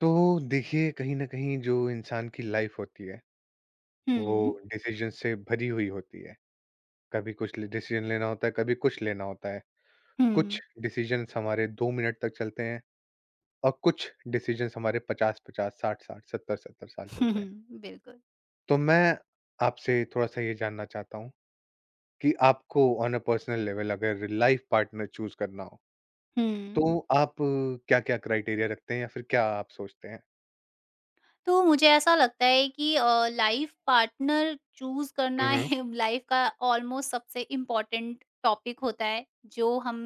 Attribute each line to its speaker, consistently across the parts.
Speaker 1: तो देखिए कहीं न कहीं जो इंसान की लाइफ होती है, वो
Speaker 2: हुँ,
Speaker 1: हुँ। डिसीज़न से भरी हुई होती है। कभी कुछ ले डिसीज़न लेना होता है, कभी कुछ लेना होता है। कुछ
Speaker 2: हुँ,
Speaker 1: डिसीज़न्स हमारे 2 मिनट तक चलते हैं और कुछ डिसीज़न्स हमारे 50-50, 60-60, 70-70 साल
Speaker 2: हुँ,
Speaker 1: चलते हैं।
Speaker 2: हुँ, बिल्कुल।
Speaker 1: तो मैं आपसे थोड़ा-सा ये जानना चाहता हूँ कि आपको ऑन अ पर्सनल लेवल अगर लाइफ पार्टनर चूज़ करना हो,
Speaker 2: हुँ,
Speaker 1: तो आप क्या-क्या क्राइटेरिया रखते हैं या फिर क्या आप सोचते हैं?
Speaker 2: तो मुझे ऐसा लगता है कि लाइफ पार्टनर चूज़
Speaker 1: हुँ,
Speaker 2: करना
Speaker 1: हुँ।
Speaker 2: है लाइफ का ऑलमोस्ट सबसे इम्पोर्टेंट टॉपिक होता है जो हम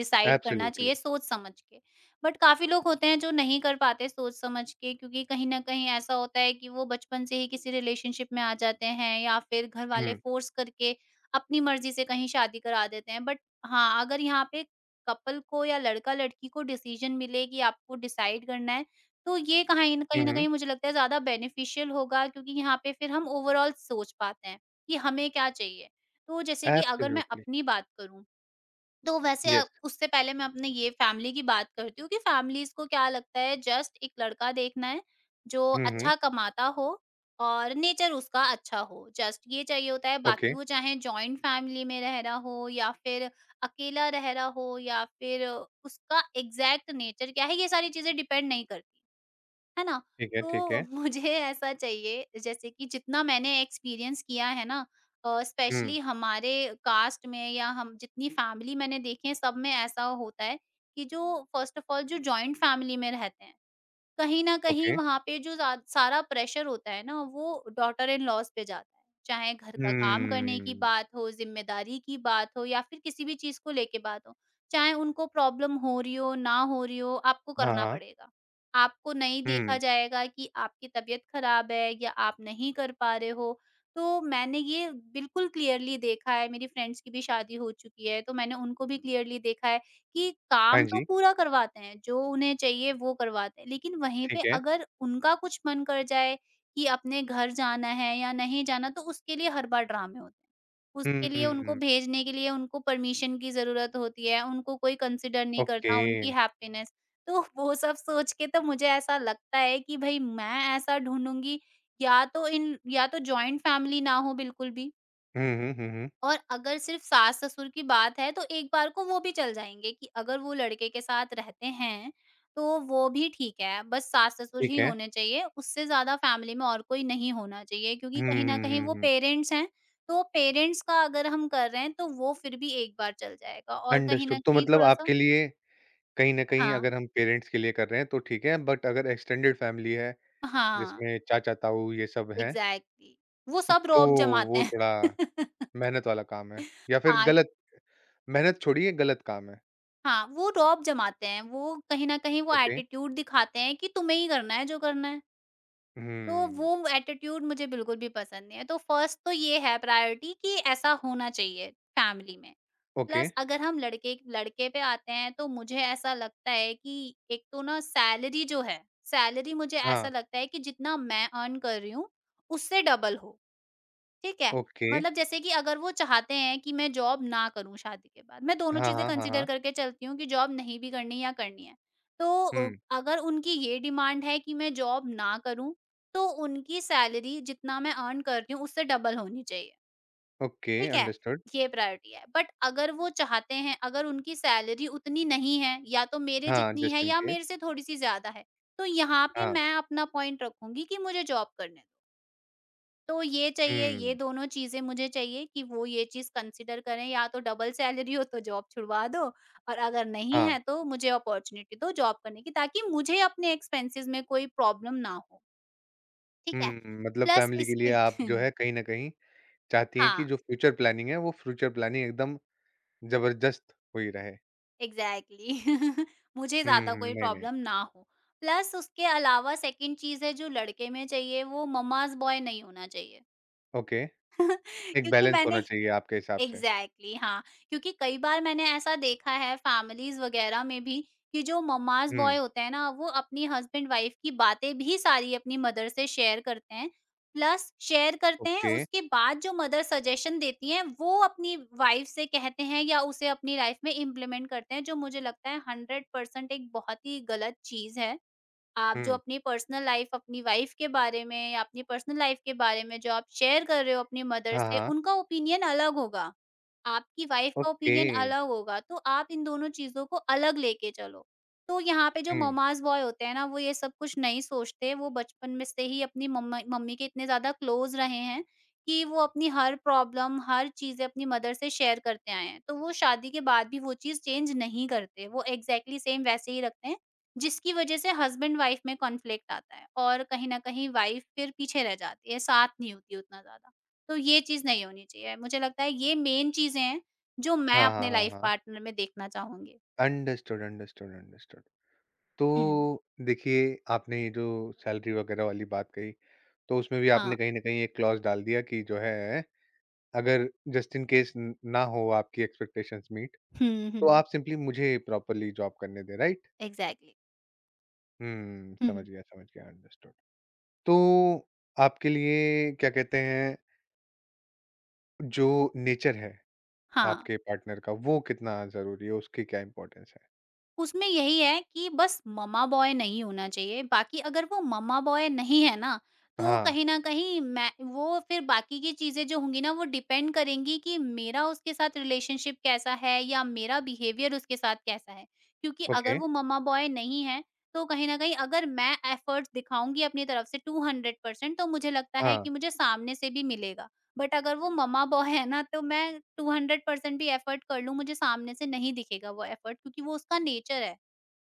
Speaker 2: डिसाइड करना
Speaker 1: एब्सोल्युटली।
Speaker 2: चाहिए सोच समझ के। बट काफ़ी लोग होते हैं जो नहीं कर पाते सोच समझ के क्योंकि कहीं ना कहीं ऐसा होता है कि वो बचपन से ही किसी रिलेशनशिप में आ जाते हैं या फिर घर वाले
Speaker 1: हुँ।
Speaker 2: फोर्स करके अपनी मर्जी से कहीं शादी करा देते हैं। बट हाँ, अगर यहाँ पे कपल को या लड़का लड़की को डिसीजन मिले कि आपको डिसाइड करना है, तो ये कहीं न
Speaker 1: हुँ,
Speaker 2: कहीं न
Speaker 1: हुँ।
Speaker 2: कहीं मुझे लगता है ज़्यादा बेनिफिशियल होगा क्योंकि यहाँ पे फिर हम ओवरऑल सोच पाते हैं कि हमें क्या चाहिए। तो जैसे कि अगर मैं
Speaker 1: एब्सोल्युटली।
Speaker 2: अपनी बात करूँ, तो वैसे
Speaker 1: येस।
Speaker 2: उससे पहले मैं अपने ये फैमिली की बात करती हूँ कि फैमिलीज़ को क्या लगता है। जस्ट एक लड़का देखना है, जो
Speaker 1: हुँ, हुँ।
Speaker 2: अच्छा कमाता हो और नेचर उसका अच्छा हो। जस्ट ये चाहिए होता है,
Speaker 1: ओके,
Speaker 2: बाकी वो चाहे जॉइंट फैमिली में रह रहा हो या फिर अकेला रह रहा हो या फिर उसका एग्ज़ैक्ट नेचर क्या है, ये सारी चीज़ें डिपेंड नहीं करती। है ना?
Speaker 1: ठीक है, ठीक
Speaker 2: तो
Speaker 1: है।
Speaker 2: मुझे ऐसा चाहिए जैसे कि जितना मैंने एक्सपीरियंस किया है ना,
Speaker 1: हुँ,
Speaker 2: स्पेशली हमारे कास्ट में या हम जितनी फैमिली मैंने देखी है सब में ऐसा होता है कि जो फर्स्ट ऑफ ऑल जो जॉइंट फैमिली में रहते हैं कहीं न कहीं
Speaker 1: ओके।
Speaker 2: वहाँ पे जो ज़ा सारा प्रेशर होता है ना, वो डॉटर इन लॉज़ पे जाता है। चाहे घर का काम करने की
Speaker 1: हम्म,
Speaker 2: बात हो, ज़िम्मेदारी की बात हो या फिर किसी भी चीज़ को लेके बात हो। चाहे उनको प्रॉब्लम हो रही हो, ना हो रही हो, आपको
Speaker 1: हाँ,
Speaker 2: करना
Speaker 1: हाँ।
Speaker 2: पड़ेगा। आपको नहीं देखा
Speaker 1: हुँ,
Speaker 2: जाएगा कि आपकी तबीयत खराब है या आप नहीं कर पा रहे हो। तो मैंने ये बिल्कुल क्लियरली देखा है, मेरी फ्रेंड्स की भी शादी हो चुकी है, तो मैंने उनको भी क्लियरली देखा है कि
Speaker 1: हाँ
Speaker 2: काम तो
Speaker 1: जी,
Speaker 2: पूरा करवाते हैं, जो उन्हें चाहिए वो करवाते हैं, लेकिन वहीं पे
Speaker 1: ठीक है।
Speaker 2: अगर उनका कुछ मन कर जाए कि अपने घर जाना है या नहीं जाना, तो उसके लिए हर बार ड्रामे होते हैं। उसके लिए उनको
Speaker 1: हम्म,
Speaker 2: भेजने के लिए उनको परमिशन की ज़रूरत होती है, उनको कोई कंसिडर नहीं
Speaker 1: ओके।
Speaker 2: करता, उनकी हैप्पीनेस। तो वो सब सोच के तो मुझे ऐसा लगता है कि भई मैं ऐसा ढूँढूँगी या तो इन या तो जॉइंट फैमिली ना हो बिल्कुल भी।
Speaker 1: हुँ, हुँ, हुँ, हुँ,
Speaker 2: और अगर सिर्फ सास-ससुर की बात है तो एक बार को वो भी चल जाएँगे कि अगर वो लड़के के साथ रहते हैं, तो वो भी ठीक है। बस सास-ससुर
Speaker 1: ठीक
Speaker 2: ही
Speaker 1: है।
Speaker 2: होने चाहिए, उससे ज़्यादा फ़ैमिली में और कोई नहीं होना चाहिए क्योंकि
Speaker 1: हुँ,
Speaker 2: कहीं न
Speaker 1: हुँ,
Speaker 2: कहीं वो
Speaker 1: हुँ, हुँ।
Speaker 2: पेरेंट्स हैं, तो पेरेंट्स का अगर हम कर रहे हैं तो वो फिर भी एक बार चल जाएगा और कहीं
Speaker 1: अंडरस्टूड।
Speaker 2: न
Speaker 1: तो
Speaker 2: कहीं
Speaker 1: मतलब
Speaker 2: थोड़ा-सा।
Speaker 1: आपके लिए कहीं न कहीं
Speaker 2: हाँ,
Speaker 1: अगर हम पेरेंट्स के लिए कर रहे हैं तो ठीक है, बट अगर एक्सटेंडेड फैमिली है,
Speaker 2: हाँ,
Speaker 1: जिसमें चाचा-ताऊ ये सब हैं,
Speaker 2: एग्ज़ैक्टली, वो सब
Speaker 1: तो
Speaker 2: रोब जमाते
Speaker 1: वो
Speaker 2: हैं।
Speaker 1: थोड़ा मेहनत वाला काम है या फिर
Speaker 2: हाँ,
Speaker 1: गलत मेहनत छोड़िए गलत काम है।
Speaker 2: हाँ, वो रौब जमाते हैं, वो कहीं न कहीं वो
Speaker 1: ओके।
Speaker 2: एटीट्यूड दिखाते हैं कि तुम्हें ही करना है जो करना है। तो
Speaker 1: हुँ,
Speaker 2: वो एटीट्यूड मुझे बिल्कुल भी पसंद नहीं है। तो फर्स्ट तो ये है प्रायोरिटी कि ऐसा होना चाहिए फैमिली में।
Speaker 1: ओके।
Speaker 2: प्लस अगर हम लड़के लड़के पे आते हैं तो मुझे ऐसा लगता है कि एक तो ना सैलरी जो है, सैलरी मुझे ऐसा
Speaker 1: हाँ,
Speaker 2: लगता है कि जितना मैं अर्न कर रही हूँ, उससे डबल हो। ठीक है?
Speaker 1: ओके।
Speaker 2: मतलब जैसे कि अगर वो चाहते हैं कि मैं जॉब ना करूँ शादी के बाद, मैं दोनों
Speaker 1: हाँ,
Speaker 2: चीज़ें
Speaker 1: हाँ, हाँ,
Speaker 2: कंसिडर
Speaker 1: हाँ।
Speaker 2: करके चलती हूँ कि जॉब नहीं भी करनी है या करनी है। तो
Speaker 1: हुँ,
Speaker 2: अगर उनकी ये डिमांड है कि मैं जॉब ना करूँ, तो उनकी सैलरी जितना मैं अर्न कर रही हूँ उससे डबल होनी चाहिए,
Speaker 1: ओके
Speaker 2: ठीक है?
Speaker 1: अंडरस्टूड।
Speaker 2: ये प्रायोरिटी है। बट अगर वो चाहते हैं, अगर उनकी सैलरी उतनी नहीं है या तो मेरे
Speaker 1: हाँ,
Speaker 2: जितनी
Speaker 1: जस्ट
Speaker 2: है
Speaker 1: इन
Speaker 2: या
Speaker 1: केस।
Speaker 2: मेरे से थोड़ी-सी ज़्यादा है, तो यहाँ पे
Speaker 1: हाँ,
Speaker 2: मैं अपना पॉइंट रखूँगी कि मुझे जॉब करने दो। तो ये चाहिए, ये
Speaker 1: हुँ,
Speaker 2: दोनों चीज़ें मुझे चाहिए कि वो ये चीज़ कंसिडर करें, या तो डबल सैलरी हो तो जॉब छुड़वा दो और अगर नहीं
Speaker 1: हाँ,
Speaker 2: है तो मुझे अपॉर्च्युनिटी दो जॉब करने की, ताकि मुझे अपने एक्सपेंसेस में कोई प्रॉब्लम ना हो, ठीक है?
Speaker 1: हुँ, मतलब
Speaker 2: प्लस
Speaker 1: फैमिली के लिए
Speaker 2: इसके
Speaker 1: आप जो है कहीं न कहीं चाहती हैं कि
Speaker 2: हाँ,
Speaker 1: जो फ्यूचर प्लानिंग है, वो फ्यूचर प्लानिंग एकदम ज़बरदस्त हुई रहे।
Speaker 2: एग्ज़ैक्टली मुझे
Speaker 1: हुँ,
Speaker 2: ज़्यादा
Speaker 1: हुँ,
Speaker 2: कोई
Speaker 1: नहीं, नहीं,
Speaker 2: प्रॉब्लम ना हो। प्लस उसके अलावा सेकंड चीज़ है जो लड़के में चाहिए, वो मम्माज़ बॉय नहीं होना चाहिए।
Speaker 1: ओके, एक
Speaker 2: क्योंकि
Speaker 1: बैलेंस
Speaker 2: मैंने
Speaker 1: होना चाहिए आपके हिसाब से।
Speaker 2: एग्जैक्टली exactly, हाँ, क्योंकि कई बार मैंने ऐसा देखा है फैमिलीज वगैरह में भी कि जो ममाज बॉय
Speaker 1: हुँ,
Speaker 2: होते हैं ना, वो अपनी हस्बैंड वाइफ की बातें भी सारी अपनी मदर से शेयर करते हैं। प्लस शेयर करते हैं
Speaker 1: ओके,
Speaker 2: उसके बाद जो मदर सजेशन देती हैं वो अपनी वाइफ से कहते हैं या उसे अपनी लाइफ में इम्प्लीमेंट करते हैं, जो मुझे लगता है हंड्रेड परसेंट एक बहुत ही गलत चीज है। आप जो
Speaker 1: हुँ,
Speaker 2: अपनी पर्सनल लाइफ अपनी वाइफ के बारे में या अपनी पर्सनल लाइफ के बारे में जो आप शेयर कर रहे हो अपनी मदर
Speaker 1: हाँ,
Speaker 2: से,
Speaker 1: हाँ,
Speaker 2: उनका ओपिनियन अलग होगा, आपकी वाइफ़ का
Speaker 1: ओके,
Speaker 2: ओपिनियन अलग होगा, तो आप इन दोनों चीज़ों को अलग लेके चलो। तो यहाँ पे जो
Speaker 1: हुँ,
Speaker 2: ममाज़ बॉय होते हैं ना, वो ये सब कुछ नहीं सोचते, वो बचपन में से ही अपनी मम्मा मम्मी के इतने ज़्यादा क्लोज़ रहे हैं कि वो अपनी हर प्रॉब्लम, हर चीज़ें अपनी मदर से शेयर करते आए हैं। तो वो शादी के बाद भी वो चीज़ चेंज नहीं करते, वो एग्ज़ैक्टली सेम वैसे ही रखते हैं, जिसकी वज़ह से हस्बैंड-वाइफ़ में कॉन्फ्लिक्ट आता है और कहीं न कहीं वाइफ़ फिर पीछे रह जाती है, साथ नहीं होती उतना ज़्यादा। तो ये चीज़ नहीं होनी चाहिए। मुझे लगता है ये मेन चीज़ें हैं, जो मैं
Speaker 1: हाँ, हाँ,
Speaker 2: अपने
Speaker 1: हाँ,
Speaker 2: लाइफ़
Speaker 1: हाँ,
Speaker 2: पार्टनर में देखना चाहूँगी।
Speaker 1: Understood, understood, understood. तो
Speaker 2: हुँ।
Speaker 1: देखिए आपने ये जो सैलरी वगैरह वाली बात कही, तो उसमें भी आपने
Speaker 2: हाँ।
Speaker 1: कहीं ना कहीं एक क्लॉज डाल दिया कि जो है अगर जस्ट इन केस ना हो आपकी एक्सपेक्टेशंस मीट,
Speaker 2: हुँ,
Speaker 1: तो
Speaker 2: हुँ।
Speaker 1: आप सिंपली मुझे प्रॉपरली जॉब करने दें, राइट?
Speaker 2: एग्ज़ैक्टली।
Speaker 1: हम्म,
Speaker 2: हुँ,
Speaker 1: समझ
Speaker 2: हुँ।
Speaker 1: गया, समझ गया, अंडरस्टूड। तो आपके लिए क्या कहते हैं जो नेचर है
Speaker 2: हाँ।
Speaker 1: आपके पार्टनर का, वो कितना जरूरी है, उसकी क्या इम्पोर्टेंस है?
Speaker 2: उसमें यही है कि बस ममा बॉय नहीं होना चाहिए, बाकी अगर वो ममा बॉय नहीं है ना, तो
Speaker 1: हाँ,
Speaker 2: कहीं न कहीं मैं वो फिर बाकी की चीज़ें जो होंगी ना, वो डिपेंड करेंगी कि मेरा उसके साथ रिलेशनशिप कैसा है या मेरा बिहेवियर उसके साथ कैसा है। क्योंकि अगर
Speaker 1: ओके,
Speaker 2: वो ममा बॉय नहीं है, तो कहीं न कहीं अगर मैं एफर्ट्स दिखाऊँगी अपनी तरफ से 200% तो मुझे लगता है कि
Speaker 1: हाँ,
Speaker 2: मुझे सामने से भी मिलेगा। बट अगर वो मम्मा बॉय है ना, तो मैं 200% भी एफर्ट कर लूँ, मुझे सामने से नहीं दिखेगा वो एफर्ट, क्योंकि वो उसका नेचर है।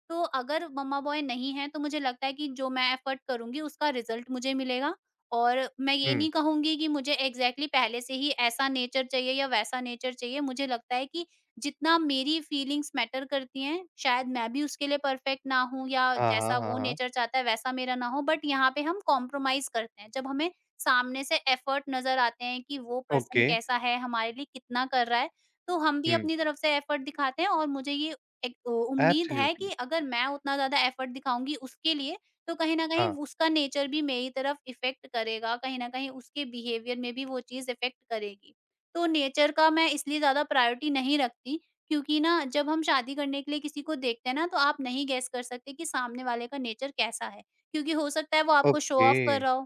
Speaker 2: तो अगर मम्मा बॉय नहीं है तो मुझे लगता है कि जो मैं एफर्ट करूँगी उसका रिजल्ट मुझे मिलेगा। और मैं ये
Speaker 1: हम्म,
Speaker 2: नहीं कहूँगी कि मुझे एग्जैक्टली exactly पहले से ही ऐसा नेचर चाहिए या वैसा नेचर चाहिए। मुझे लगता है कि जितना मेरी फीलिंग्स मैटर करती हैं, शायद मैं भी उसके लिए परफेक्ट ना हूँ या
Speaker 1: हाँ, हाँ,
Speaker 2: जैसा
Speaker 1: हाँ,
Speaker 2: वो
Speaker 1: हाँ,
Speaker 2: नेचर चाहता है वैसा मेरा ना हो, बट यहाँ पे हम कॉम्प्रोमाइज़ करते हैं। जब हमें सामने से एफर्ट नज़र आते हैं कि वो पर्सन
Speaker 1: ओके,
Speaker 2: कैसा है, हमारे लिए कितना कर रहा है, तो हम भी
Speaker 1: हम्म,
Speaker 2: अपनी तरफ से एफर्ट दिखाते हैं और मुझे ये एक उ उम्मीद है कि
Speaker 1: एब्सोल्युटली,
Speaker 2: अगर मैं उतना ज़्यादा एफर्ट दिखाऊँगी उसके लिए, तो कहीं न कहीं
Speaker 1: हाँ।
Speaker 2: उसका नेचर भी मेरी तरफ इफ़ेक्ट करेगा, कहीं न कहीं उसके बिहेवियर में भी वो चीज़ इफ़ेक्ट करेगी। तो नेचर का मैं इसलिए ज़्यादा प्रायोरिटी नहीं रखती, क्योंकि ना जब हम शादी करने के लिए किसी को देखते हैं ना, तो आप नहीं गेस कर सकते कि सामने वाले का नेचर कैसा है? क्योंकि हो सकता है वो आपको शो
Speaker 1: ओके,
Speaker 2: ऑफ कर रहा हो।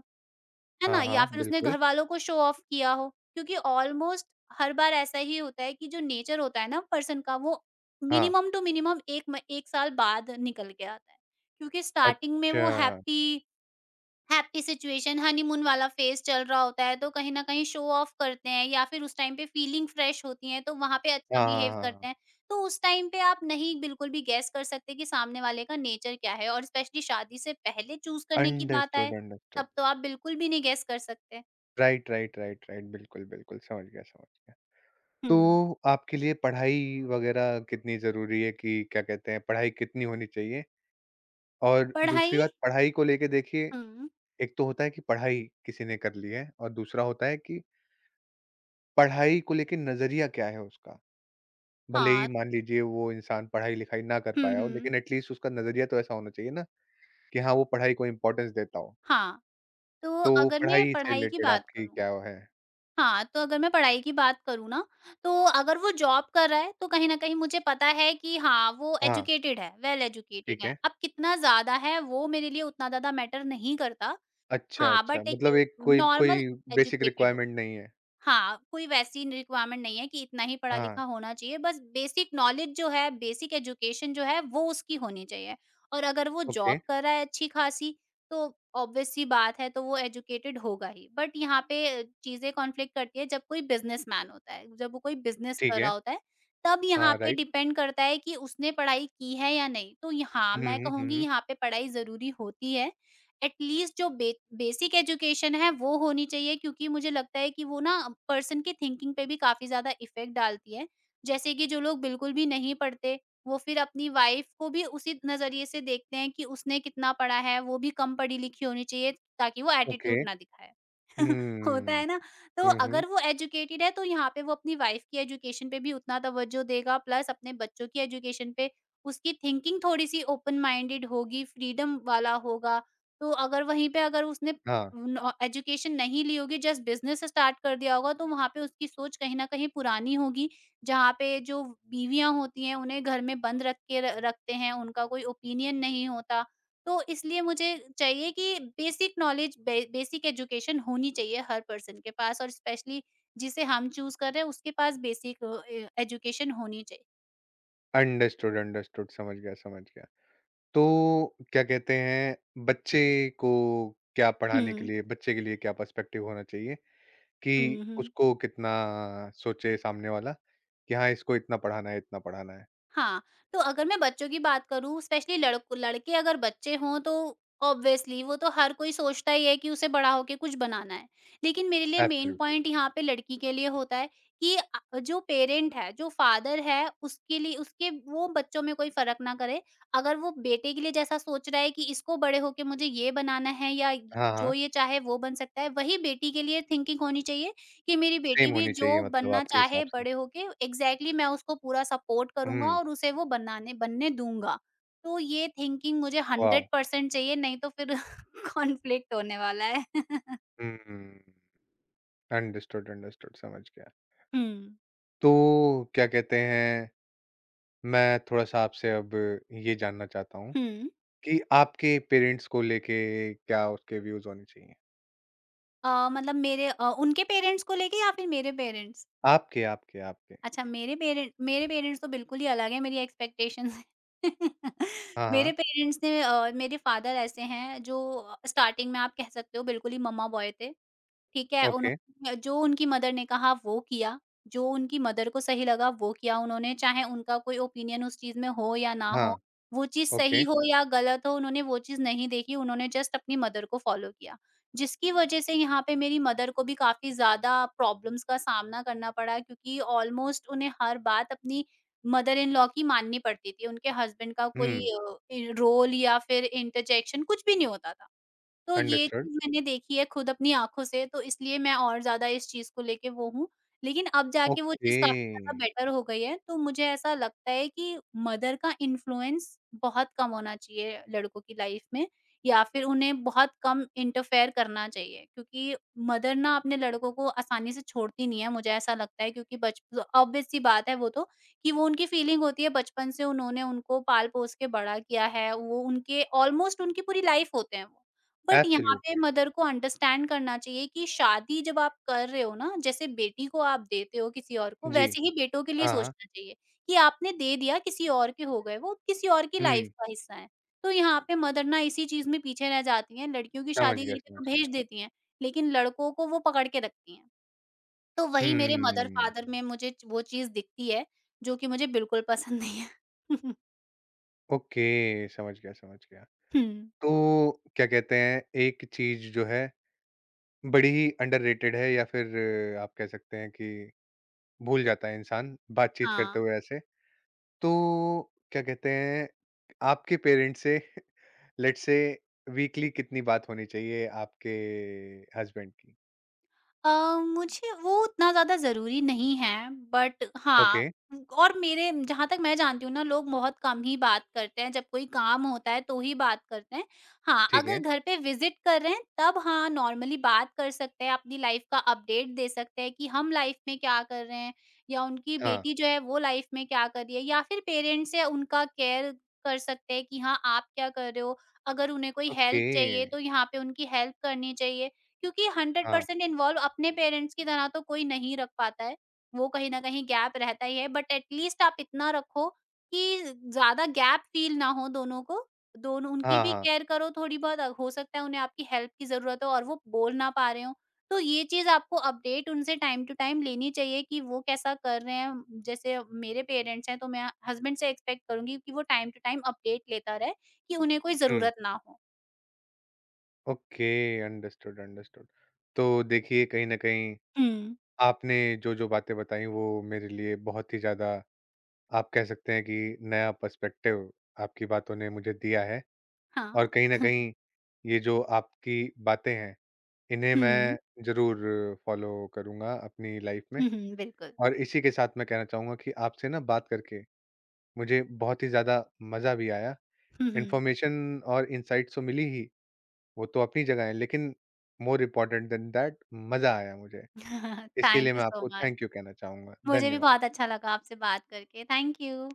Speaker 2: है ना?
Speaker 1: हाँ,
Speaker 2: या
Speaker 1: हाँ,
Speaker 2: फिर उसने
Speaker 1: बिल्कुल,
Speaker 2: घरवालों को शो ऑफ किया हो। क्योंकि ऑलमोस्ट हर बार ऐसा ही होता है कि जो नेचर होता है ना पर्सन का वो
Speaker 1: हाँ,
Speaker 2: मिनिमम टू मिनिमम 1 साल बाद निकल के आता है। क्योंकि स्टार्टिंग में
Speaker 1: अच्छा,
Speaker 2: वो
Speaker 1: हाँ,
Speaker 2: हैप्पी हैप्पी सिचुएशन हनीमून वाला फेज चल रहा होता है तो कहीं न कहीं शो ऑफ करते हैं या फिर उस टाइम पे फीलिंग फ्रेश होती है तो वहाँ पे अच्छा
Speaker 1: हाँ, हाँ,
Speaker 2: बिहेव
Speaker 1: हाँ,
Speaker 2: करते
Speaker 1: हाँ।
Speaker 2: हैं। तो उस टाइम पे आप नहीं बिल्कुल भी गेस कर सकते कि सामने वाले का नेचर क्या है और स्पेशली शादी से पहले चूज़ करने की बात आए,
Speaker 1: अंडरस्टूड, अंडरस्टूड,
Speaker 2: तब तो आप बिल्कुल भी नहीं गेस कर सकते।
Speaker 1: राइट, राइट, राइट, राइट, बिल्कुल, बिल्कुल, समझ गया, समझ गया।
Speaker 2: हुँ।
Speaker 1: तो आपके लिए पढ़ाई वगैरह कितनी ज़रूरी है, कि क्या कहते हैं, पढ़ाई कितनी होनी चाहिए? और
Speaker 2: पढ़ाई
Speaker 1: दूसरी बात पढ़ाई को लेके देखिए,
Speaker 2: हुँ,
Speaker 1: एक तो होता है कि पढ़ाई किसी ने कर ली है और दूसरा होता है कि पढ़ाई को लेके नज़रिया क्या है उसका? भले ही
Speaker 2: हाँ,
Speaker 1: मान लीजिए वो इंसान पढ़ाई-लिखाई ना कर
Speaker 2: हुँ,
Speaker 1: पाया हो,
Speaker 2: हुँ।
Speaker 1: लेकिन एट लीस्ट उसका नज़रिया तो ऐसा होना चाहिए ना कि हाँ, वो पढ़ाई को इम्पोर्टेंस देता हो।
Speaker 2: हाँ, तो
Speaker 1: तो
Speaker 2: अगर मैं
Speaker 1: पढ़ाई से
Speaker 2: पढ़ाई की
Speaker 1: रिलेटेड
Speaker 2: बात
Speaker 1: आपकी
Speaker 2: करूँ
Speaker 1: क्या वो है?
Speaker 2: हाँ, तो अगर मैं पढ़ाई की बात करूँ ना, तो अगर वो जॉब कर रहा है, तो कहीं न कहीं मुझे पता है कि हाँ, वो
Speaker 1: हाँ,
Speaker 2: एजुकेटेड है, वेल एजुकेटेड
Speaker 1: ठीक
Speaker 2: है।
Speaker 1: है।
Speaker 2: अब कितना ज़्यादा है, वो मेरे लिए उतना ज़्यादा मैटर नहीं करता।
Speaker 1: अच्छा,
Speaker 2: हाँ, बट
Speaker 1: अच्छा, मतलब
Speaker 2: लेकिन
Speaker 1: एक कोई
Speaker 2: नॉर्मल
Speaker 1: कोई बेसिक
Speaker 2: एजुकेटेड हो।
Speaker 1: रिक्वायरमेंट नहीं है।
Speaker 2: हाँ, कोई वैसी रिक्वायरमेंट नहीं है कि इतना ही
Speaker 1: हाँ,
Speaker 2: पढ़ा-लिखा होना चाहिए, बस बेसिक नॉलेज जो है, बेसिक एजुकेशन जो है, वो उसकी होनी चाहिए। और अगर वो
Speaker 1: ओके,
Speaker 2: जॉब कर रहा है अच्छी-खासी, तो ऑब्वियस सी बात है, तो वो एजुकेटेड होगा ही। बट यहाँ पे चीज़ें कॉन्फ्लिक्ट करती है जब कोई बिज़नेसमैन होता है, जब वो कोई बिज़नेस
Speaker 1: ठीक
Speaker 2: कर रहा
Speaker 1: है।
Speaker 2: होता है, तब
Speaker 1: हाँ,
Speaker 2: यहाँ पे
Speaker 1: राइट।
Speaker 2: डिपेंड करता है कि उसने पढ़ाई की है या नहीं। तो यहाँ
Speaker 1: हुँ,
Speaker 2: मैं
Speaker 1: हुँ, हुँ,
Speaker 2: कहूँगी
Speaker 1: हुँ।
Speaker 2: यहाँ पे पढ़ाई ज़रूरी होती है एटलीस्ट जो बे बेसिक एजुकेशन है वो होनी चाहिए क्योंकि मुझे लगता है कि वो ना पर्सन की थिंकिंग पे भी काफ़ी ज़्यादा इफ़ेक्ट डालती है। जैसे कि जो लोग बिल्कुल भी नहीं पढ़ते, वो फिर अपनी वाइफ़ को भी उसी नज़रिए से देखते हैं कि उसने कितना पढ़ा है, वो भी कम पढ़ी-लिखी होनी चाहिए ताकि वो
Speaker 1: ओके।
Speaker 2: एटीट्यूड ना दिखाए। होता
Speaker 1: हुँ,
Speaker 2: है ना? तो
Speaker 1: हुँ, हुँ।
Speaker 2: अगर वो एजुकेटेड है तो यहाँ पे वो अपनी वाइफ़ की एजुकेशन पे भी उतना तवज्जो देगा प्लस अपने बच्चों की एजुकेशन पे उसकी थिंकिंग थोड़ी-सी ओपन माइंडेड होगी, फ्रीडम वाला होगा तो अगर वहीं पे अगर उसने
Speaker 1: हाँ,
Speaker 2: नॉ एजुकेशन नहीं ली होगी, जस्ट बिज़नेस स्टार्ट कर दिया होगा, तो वहाँ पे उसकी सोच कहीं न कहीं पुरानी होगी। जहाँ पे जो बीवियाँ होती हैं, उन्हें घर में बंद रख के र रखते हैं, उनका कोई ओपिनियन नहीं होता। तो इसलिए मुझे चाहिए कि बेसिक नॉलेज बे बेसिक एजुकेशन होनी चाहिए हर पर्सन के पास और स्पेशली जिसे हम चूज़ कर रहे हैं, उसके पास बेसिक अ, ए एजुकेशन होनी चाहिए।
Speaker 1: अंडरस्टूड, अंडरस्टूड, समझ गया, समझ गया। तो क्या कहते हैं बच्चे को क्या पढ़ाने के
Speaker 2: हुँ।
Speaker 1: लिए, बच्चे के लिए क्या पर्सपेक्टिव होना चाहिए कि
Speaker 2: हुँ, हुँ।
Speaker 1: उसको कितना सोचे सामने वाला कि हाँ, इसको इतना पढ़ाना है, इतना पढ़ाना है?
Speaker 2: हाँ, तो अगर मैं बच्चों की बात करूँ स्पेशली लड़को लड़के अगर बच्चे हों तो ऑब्वियसली वो तो हर कोई सोचता ही है कि उसे बड़ा होके कुछ बनाना है। लेकिन मेरे लिए मेन
Speaker 1: एब्सोल्युटली।
Speaker 2: पॉइंट यहाँ पे लड़की के लिए होता है कि जो पेरेंट है, जो फादर है उसके लिए उसके वो बच्चों में कोई फ़र्क ना करे। अगर वो बेटे के लिए जैसा सोच रहा है कि इसको बड़े होके मुझे ये बनाना है या
Speaker 1: हाँ,
Speaker 2: जो
Speaker 1: हाँ।
Speaker 2: ये चाहे वो बन सकता है, वही बेटी के लिए थिंकिंग होनी चाहिए कि मेरी
Speaker 1: सेम
Speaker 2: बेटी भी
Speaker 1: होनी चाहिए
Speaker 2: जो
Speaker 1: मतलब
Speaker 2: बनना
Speaker 1: आपके हिसाब
Speaker 2: चाहे
Speaker 1: से।
Speaker 2: बड़े होके एग्ज़ैक्टली मैं उसको पूरा सपोर्ट करूँगा
Speaker 1: हुँ,
Speaker 2: और उसे वो बनाने बनने दूँगा। तो ये थिंकिंग मुझे
Speaker 1: वॉव!
Speaker 2: 100% चाहिए नहीं तो फिर कॉन्फ्लिक्ट होने वाला है।
Speaker 1: हुँ, अंडरस्टूड, अंडरस्टूड, समझ गया।
Speaker 2: हुँ।
Speaker 1: तो क्या कहते हैं, मैं थोड़ा-सा आपसे अब ये जानना चाहता हूँ
Speaker 2: हुँ।
Speaker 1: कि आपके पेरेंट्स को लेके क्या उसके व्यूज़ होने चाहिए?
Speaker 2: मतलब मेरे उनके पेरेंट्स को लेके या फिर मेरे पेरेंट्स?
Speaker 1: आपके, आपके, आपके।
Speaker 2: अच्छा मेरे पेरेंट्स तो बिल्कुल ही अलग हैं मेरी एक्सपेक्टेशन से।
Speaker 1: हाँ,
Speaker 2: मेरे
Speaker 1: हाँ।
Speaker 2: पेरेंट्स ने मेरे फादर ऐसे हैं जो स्टार्टिंग में आप कह सकते हो बिल्कुल ही मम्मा बॉय थे। ठीक है,
Speaker 1: ओके।
Speaker 2: उन्होंने जो उनकी मदर ने कहा वो किया, जो उनकी मदर को सही लगा वो किया उन्होंने, चाहे उनका कोई ओपिनियन उस चीज़ में हो या ना हो,
Speaker 1: हाँ,
Speaker 2: वो चीज़ सही
Speaker 1: ओके।
Speaker 2: हो या गलत हो उन्होंने वो चीज़ नहीं देखी, उन्होंने जस्ट अपनी मदर को फ़ॉलो किया। जिसकी वज़ह से यहाँ पे मेरी मदर को भी काफ़ी ज़्यादा प्रॉब्लम्स का सामना करना पड़ा क्योंकि ऑलमोस्ट उन्हें हर बात अपनी मदर इन लॉ की माननी पड़ती थी, उनके हस्बैंड का कोई
Speaker 1: हुँ,
Speaker 2: अ, इ रोल या फिर इंटरजेक्शन कुछ भी नहीं होता था। तो ये
Speaker 1: अंडरस्टूड।
Speaker 2: चीज़ मैंने देखी है खुद अपनी आँखों से, तो इसलिए मैं और ज़्यादा इस चीज़ को लेके वो हूँ। लेकिन अब जाके वो
Speaker 1: ओके।
Speaker 2: चीज़ काफ़ी ज़्यादा बेटर हो गई है, तो मुझे ऐसा लगता है कि मदर का इन्फ्लुएंस बहुत कम होना चाहिए लड़कों की लाइफ में या फिर उन्हें बहुत कम इंटरफेयर करना चाहिए। क्योंकि मदर ना अपने लड़कों को आसानी से छोड़ती नहीं है, मुझे ऐसा लगता है क्योंकि बच ऑब्वियस सी बात है वो तो कि वो उनकी फीलिंग होती है बचपन से उन्होंने उनको पाल-पोस के बड़ा किया है, वो उनके ऑलमोस्ट उनकी पूरी लाइफ होते हैं वो। बट यहाँ पे
Speaker 1: एब्सोल्युटली।
Speaker 2: मदर को अंडरस्टैंड करना चाहिए कि शादी जब आप कर रहे हो ना, जैसे बेटी को आप देते हो किसी और को,
Speaker 1: जी।
Speaker 2: वैसे ही बेटों के लिए
Speaker 1: हाँ, हाँ।
Speaker 2: सोचना चाहिए कि आपने दे दिया, किसी और के हो गए वो, किसी और की लाइफ
Speaker 1: हुँ,
Speaker 2: का हिस्सा है। तो यहाँ पे मदर ना इसी चीज़ में पीछे रह जाती हैं, लड़कियों की
Speaker 1: समझ
Speaker 2: शादी
Speaker 1: गया,
Speaker 2: करके
Speaker 1: समझ
Speaker 2: तो
Speaker 1: गया।
Speaker 2: भेज देती हैं, लेकिन लड़कों को वो पकड़ के रखती हैं। तो वही मेरे
Speaker 1: हुँ,
Speaker 2: मदर-फादर में मुझे च वो चीज़ दिखती है, जो कि मुझे बिल्कुल पसंद नहीं है।
Speaker 1: ओके, समझ गया, समझ गया।
Speaker 2: हुँ।
Speaker 1: तो क्या कहते हैं, एक चीज जो है बड़ी ही अंडररेटेड है या फिर आप कह सकते हैं कि भूल जाता है इंसान बातचीत करते
Speaker 2: हाँ।
Speaker 1: हुए ऐसे, तो क्या कहते हैं आपके पेरेंट्स से लेट्स से वीकली कितनी बात होनी चाहिए आपके हस्बैंड की?
Speaker 2: अ, मुझे वो उतना ज़्यादा ज़रूरी नहीं है, बट हाँ
Speaker 1: ओके,
Speaker 2: और मेरे जहाँ तक मैं जानती हूँ ना लोग बहुत कम ही बात करते हैं, जब कोई काम होता है तो ही बात करते हैं। हाँ,
Speaker 1: ठीक
Speaker 2: अगर
Speaker 1: है,
Speaker 2: घर पे विज़िट कर रहे हैं तब हाँ नॉर्मली बात कर सकते हैं, अपनी लाइफ़ का अपडेट दे सकते हैं कि हम लाइफ़ में क्या कर रहे हैं या उनकी
Speaker 1: हाँ,
Speaker 2: बेटी जो है वो लाइफ़ में क्या कर रही है या फिर पेरेंट्स है उनका केयर कर सकते हैं कि हाँ, आप क्या कर रहे हो? अगर उन्हें कोई
Speaker 1: ओके,
Speaker 2: हेल्प चाहिए तो यहाँ पे उनकी हेल्प करनी चाहिए। क्योंकि
Speaker 1: हाँ,
Speaker 2: 100% इन्वॉल्व अपने पेरेंट्स की तरह तो कोई नहीं रख पाता है। वो कहीं न कहीं गैप रहता ही है बट एटलीस्ट आप इतना रखो कि ज़्यादा गैप फ़ील ना हो दोनों को। दोनों उनकी
Speaker 1: हाँ,
Speaker 2: भी
Speaker 1: हाँ,
Speaker 2: केयर करो थोड़ी बहुत अ- हो सकता है उन्हें आपकी हेल्प की ज़रूरत हो और वो बोल ना पा रहे हों। तो ये चीज़ आपको अपडेट उनसे टाइम टू टाइम लेनी चाहिए कि वो कैसा कर रहे हैं। जैसे मेरे पेरेंट्स हैं तो मैं हस्बैंड से एक्सपेक्ट करूँगी कि वो टाइम टू टाइम अपडेट लेता रहे कि उन्हें कोई
Speaker 1: हम्म,
Speaker 2: ज़रूरत ना हो।
Speaker 1: Okay, understood, understood. तो देखिए कहीं ना कहीं
Speaker 2: हुँ।
Speaker 1: आपने जो जो बातें बताई, वो मेरे लिए बहुत ही ज्यादा, आप कह सकते हैं कि नया पर्सपेक्टिव आपकी बातों ने मुझे दिया है। और
Speaker 2: हाँ।
Speaker 1: कहीं ना कहीं ये जो आपकी बातें हैं, इन्हें
Speaker 2: हुँ।
Speaker 1: मैं जरूर फॉलो करूंगा अपनी लाइफ में।
Speaker 2: हुँ, हुँ, बिल्कुल।
Speaker 1: और इसी के साथ मैं कहना चाहूंगा कि आपसे ना बात करके मुझे बहुत ही ज़्यादा मज़ा भी आया।
Speaker 2: हुँ, हुँ।
Speaker 1: इन्फॉर्मेशन और इनसाइट्स तो मिली ही, वो तो अपनी जगह है, लेकिन मोर इम्पोर्टेंट देन दैट, मज़ा आया मुझे। इसके लिए
Speaker 2: थैंक यू
Speaker 1: मैं
Speaker 2: सो
Speaker 1: आपको
Speaker 2: मच।
Speaker 1: थैंक यू कहना चाहूंगा,
Speaker 2: मुझे भी
Speaker 1: धन्यवाद।
Speaker 2: बहुत अच्छा लगा आपसे बात करके। Thank you.